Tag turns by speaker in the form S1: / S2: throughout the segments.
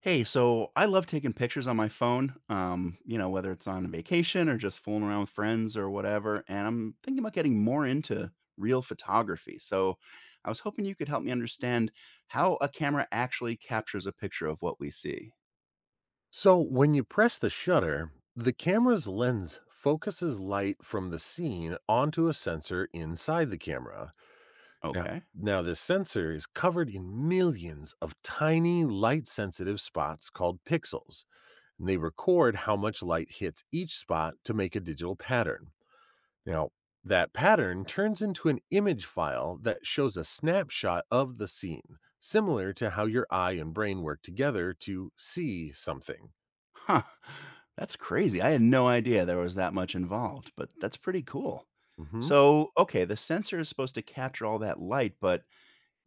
S1: Hey, so I love taking pictures on my phone, whether it's on vacation or just fooling around with friends or whatever. And I'm thinking about getting more into real photography. So I was hoping you could help me understand how a camera actually captures a picture of what we see.
S2: So when you press the shutter, the camera's lens focuses light from the scene onto a sensor inside the camera. Now,
S1: Okay.
S2: now this sensor is covered in millions of tiny light sensitive spots called pixels, and they record how much light hits each spot to make a digital pattern. Now, that pattern turns into an image file that shows a snapshot of the scene, similar to how your eye and brain work together to see something.
S1: Huh. That's crazy. I had no idea there was that much involved, but that's pretty cool.
S2: Mhm.
S1: So, okay, the sensor is supposed to capture all that light, but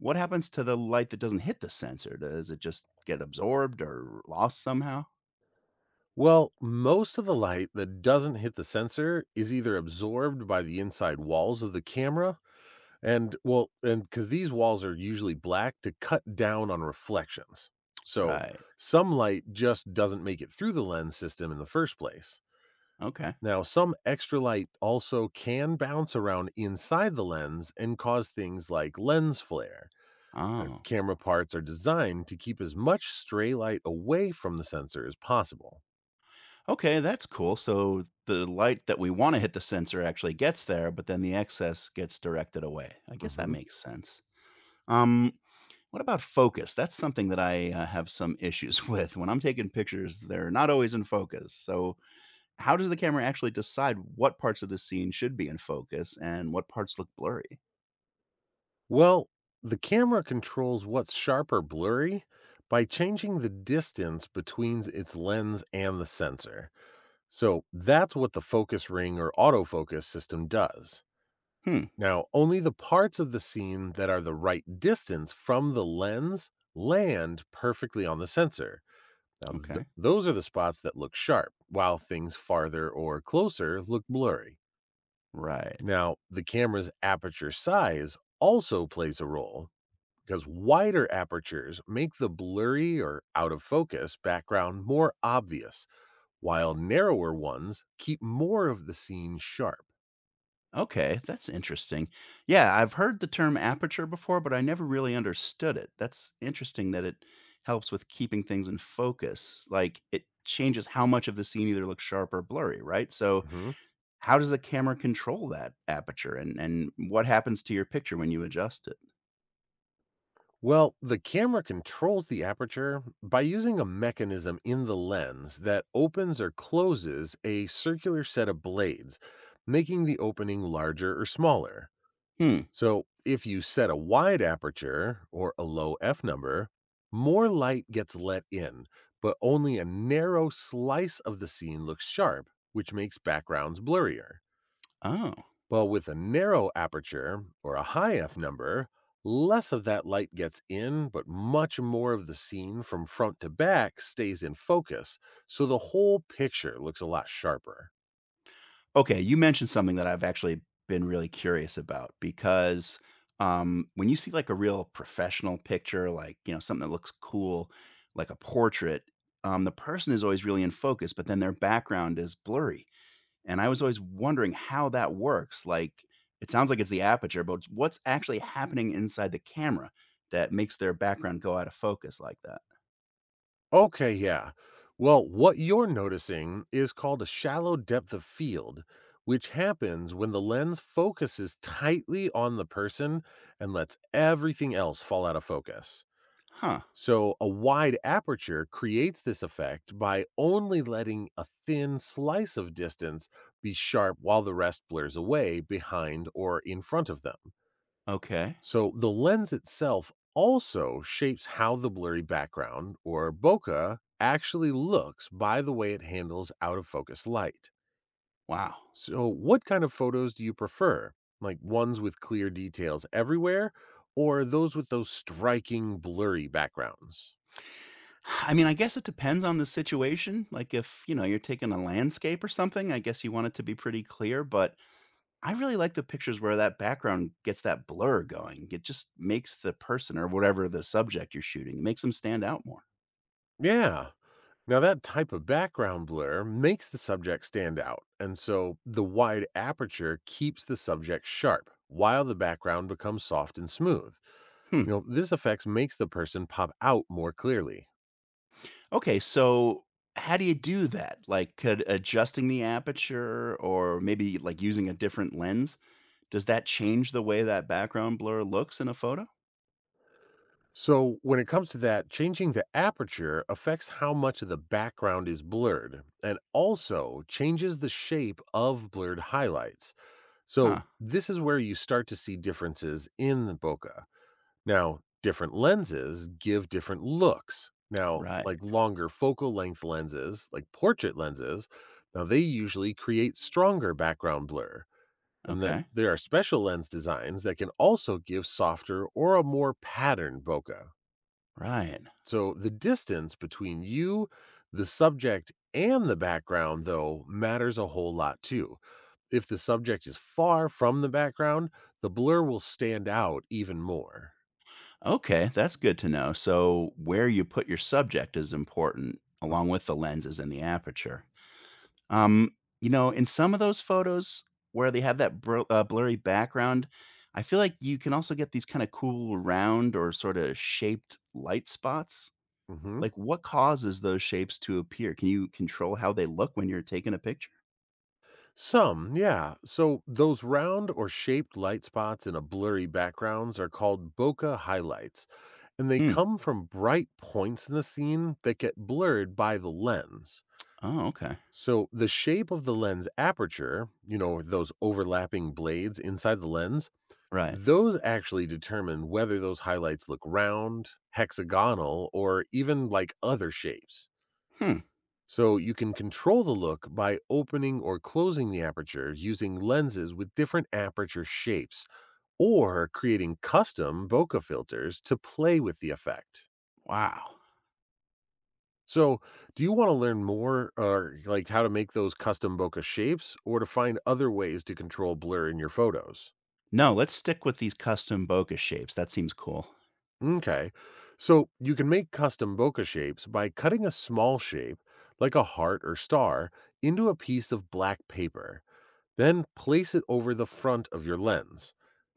S1: what happens to the light that doesn't hit the sensor? Does it just get absorbed or lost somehow?
S2: Well, most of the light that doesn't hit the sensor is either absorbed by the inside walls of the camera and well, and because these walls are usually black to cut down on reflections. So
S1: Right.
S2: some light just doesn't make it through the lens system in the first place.
S1: Okay.
S2: Now, some extra light also can bounce around inside the lens and cause things like lens flare.
S1: Oh.
S2: Camera parts are designed to keep as much stray light away from the sensor as possible.
S1: Okay, that's cool. So the light that we want to hit the sensor actually gets there, but then the excess gets directed away. I guess that
S2: Mm-hmm.
S1: makes sense. Um, what about focus? That's something that I have some issues with. When I'm taking pictures, they're not always in focus. So, how does the camera actually decide what parts of the scene should be in focus and what parts look blurry?
S2: Well, the camera controls what's sharp or blurry by changing the distance between its lens and the sensor. So that's what the focus ring or autofocus system does.
S1: Hmm.
S2: Now, only the parts of the scene that are the right distance from the lens land perfectly on the sensor. Now,
S1: Okay.
S2: those are the spots that look sharp, while things farther or closer look blurry.
S1: Right.
S2: Now, the camera's aperture size also plays a role because wider apertures make the blurry or out of focus background more obvious, while narrower ones keep more of the scene sharp.
S1: Okay, that's interesting. Yeah, I've heard the term aperture before, but I never really understood it. That's interesting that it helps with keeping things in focus. Like it changes how much of the scene either looks sharp or blurry, right? So,
S2: Mhm.
S1: how does the camera control that aperture and what happens to your picture when you adjust it?
S2: Well, the camera controls the aperture by using a mechanism in the lens that opens or closes a circular set of blades, making the opening larger or smaller.
S1: Hmm.
S2: So, if you set a wide aperture or a low f number, more light gets let in, but only a narrow slice of the scene looks sharp, which makes backgrounds blurrier.
S1: Oh.
S2: But with a narrow aperture or a high f number, less of that light gets in, but much more of the scene from front to back stays in focus, so the whole picture looks a lot sharper.
S1: Okay, you mentioned something that I've actually been really curious about because when you see like a real professional picture, like you know something that looks cool, like a portrait, the person is always really in focus, but then their background is blurry. And I was always wondering how that works. Like it sounds like it's the aperture, but what's actually happening inside the camera that makes their background go out of focus like that?
S2: Okay, yeah. Well, what you're noticing is called a shallow depth of field, which happens when the lens focuses tightly on the person and lets everything else fall out of focus.
S1: Huh.
S2: So, a wide aperture creates this effect by only letting a thin slice of distance be sharp while the rest blurs away behind or in front of them.
S1: Okay.
S2: So the lens itself also shapes how the blurry background or bokeh actually looks by the way it handles out of focus light.
S1: Wow.
S2: So what kind of photos do you prefer? Like ones with clear details everywhere or those with those striking blurry backgrounds?
S1: I mean, I guess it depends on the situation. Like if, you know, you're taking a landscape or something, I guess you want it to be pretty clear, but I really like the pictures where that background gets that blur going. It just makes the person or whatever the subject you're shooting, it makes them stand out more.
S2: Yeah. Now that type of background blur makes the subject stand out. And so the wide aperture keeps the subject sharp while the background becomes soft and smooth.
S1: Hmm.
S2: You know, this effects makes the person pop out more clearly.
S1: Okay, so how do you do that? Like could adjusting the aperture or maybe like using a different lens, does that change the way that background blur looks in a photo?
S2: So when it comes to that, changing the aperture affects how much of the background is blurred and also changes the shape of blurred highlights. So
S1: Huh.
S2: this is where you start to see differences in the bokeh. Now, different lenses give different looks. Now,
S1: Right.
S2: like longer focal length lenses, like portrait lenses, now they usually create stronger background blur. And then
S1: Okay.
S2: there are special lens designs that can also give softer or a more patterned bokeh.
S1: Right.
S2: So the distance between you, the subject, and the background, though, matters a whole lot too. If the subject is far from the background, the blur will stand out even more.
S1: Okay, that's good to know. So, where you put your subject is important, along with the lenses and the aperture. Um, in some of those photos where they have that blurry background, I feel like you can also get these kind of cool round or sort of shaped light spots.
S2: Hmm.
S1: Like, what causes those shapes to appear? Can you control how they look when you're taking a picture?
S2: Some, yeah. So those round or shaped light spots in a blurry backgrounds are called bokeh highlights, and they
S1: Hmm.
S2: come from bright points in the scene that get blurred by the lens.
S1: Oh, okay.
S2: So the shape of the lens aperture, you know, those overlapping blades inside the lens,
S1: Right.
S2: those actually determine whether those highlights look round, hexagonal, or even like other shapes.
S1: Hmm.
S2: So you can control the look by opening or closing the aperture using lenses with different aperture shapes or creating custom bokeh filters to play with the effect.
S1: Wow.
S2: So, do you want to learn more or like how to make those custom bokeh shapes or to find other ways to control blur in your photos?
S1: No, let's stick with these custom bokeh shapes. That seems cool.
S2: Okay. So, you can make custom bokeh shapes by cutting a small shape, like a heart or star, into a piece of black paper. Then place it over the front of your lens.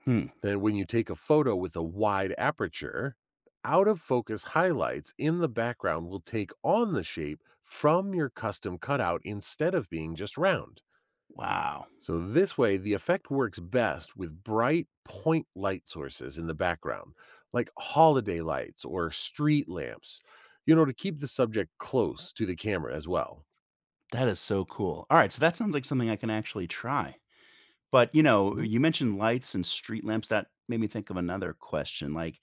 S1: Hmm.
S2: Then, when you take a photo with a wide aperture, out of focus highlights in the background will take on the shape from your custom cutout instead of being just round.
S1: Wow.
S2: So this way, the effect works best with bright point light sources in the background, like holiday lights or street lamps, you know, to keep the subject close to the camera as well.
S1: That is so cool. All right, so that sounds like something I can actually try. But, you know,
S2: Mhm.
S1: you mentioned lights and street lamps. That made me think of another question. Like,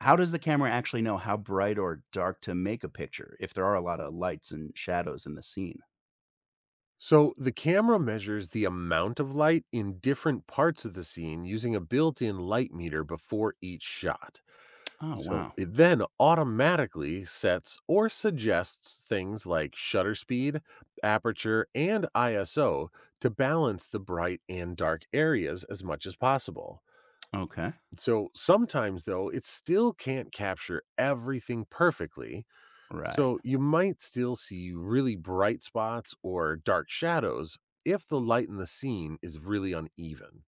S1: how does the camera actually know how bright or dark to make a picture if there are a lot of lights and shadows in the scene?
S2: So the camera measures the amount of light in different parts of the scene using a built in light meter before each shot.
S1: Oh,
S2: So
S1: wow.
S2: it then automatically sets or suggests things like shutter speed, aperture, and ISO to balance the bright and dark areas as much as possible.
S1: Okay.
S2: So sometimes, though, it still can't capture everything perfectly.
S1: Right.
S2: So you might still see really bright spots or dark shadows if the light in the scene is really uneven.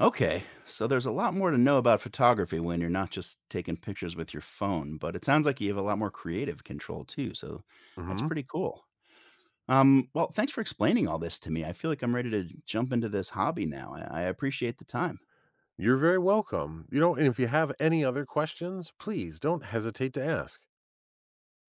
S1: Okay. So there's a lot more to know about photography when you're not just taking pictures with your phone, but it sounds like you have a lot more creative control too. So that's
S2: Hmm.
S1: pretty cool. Well, thanks for explaining all this to me. I feel like I'm ready to jump into this hobby now. I appreciate the time.
S2: You're very welcome. You know, and if you have any other questions, please don't hesitate to ask.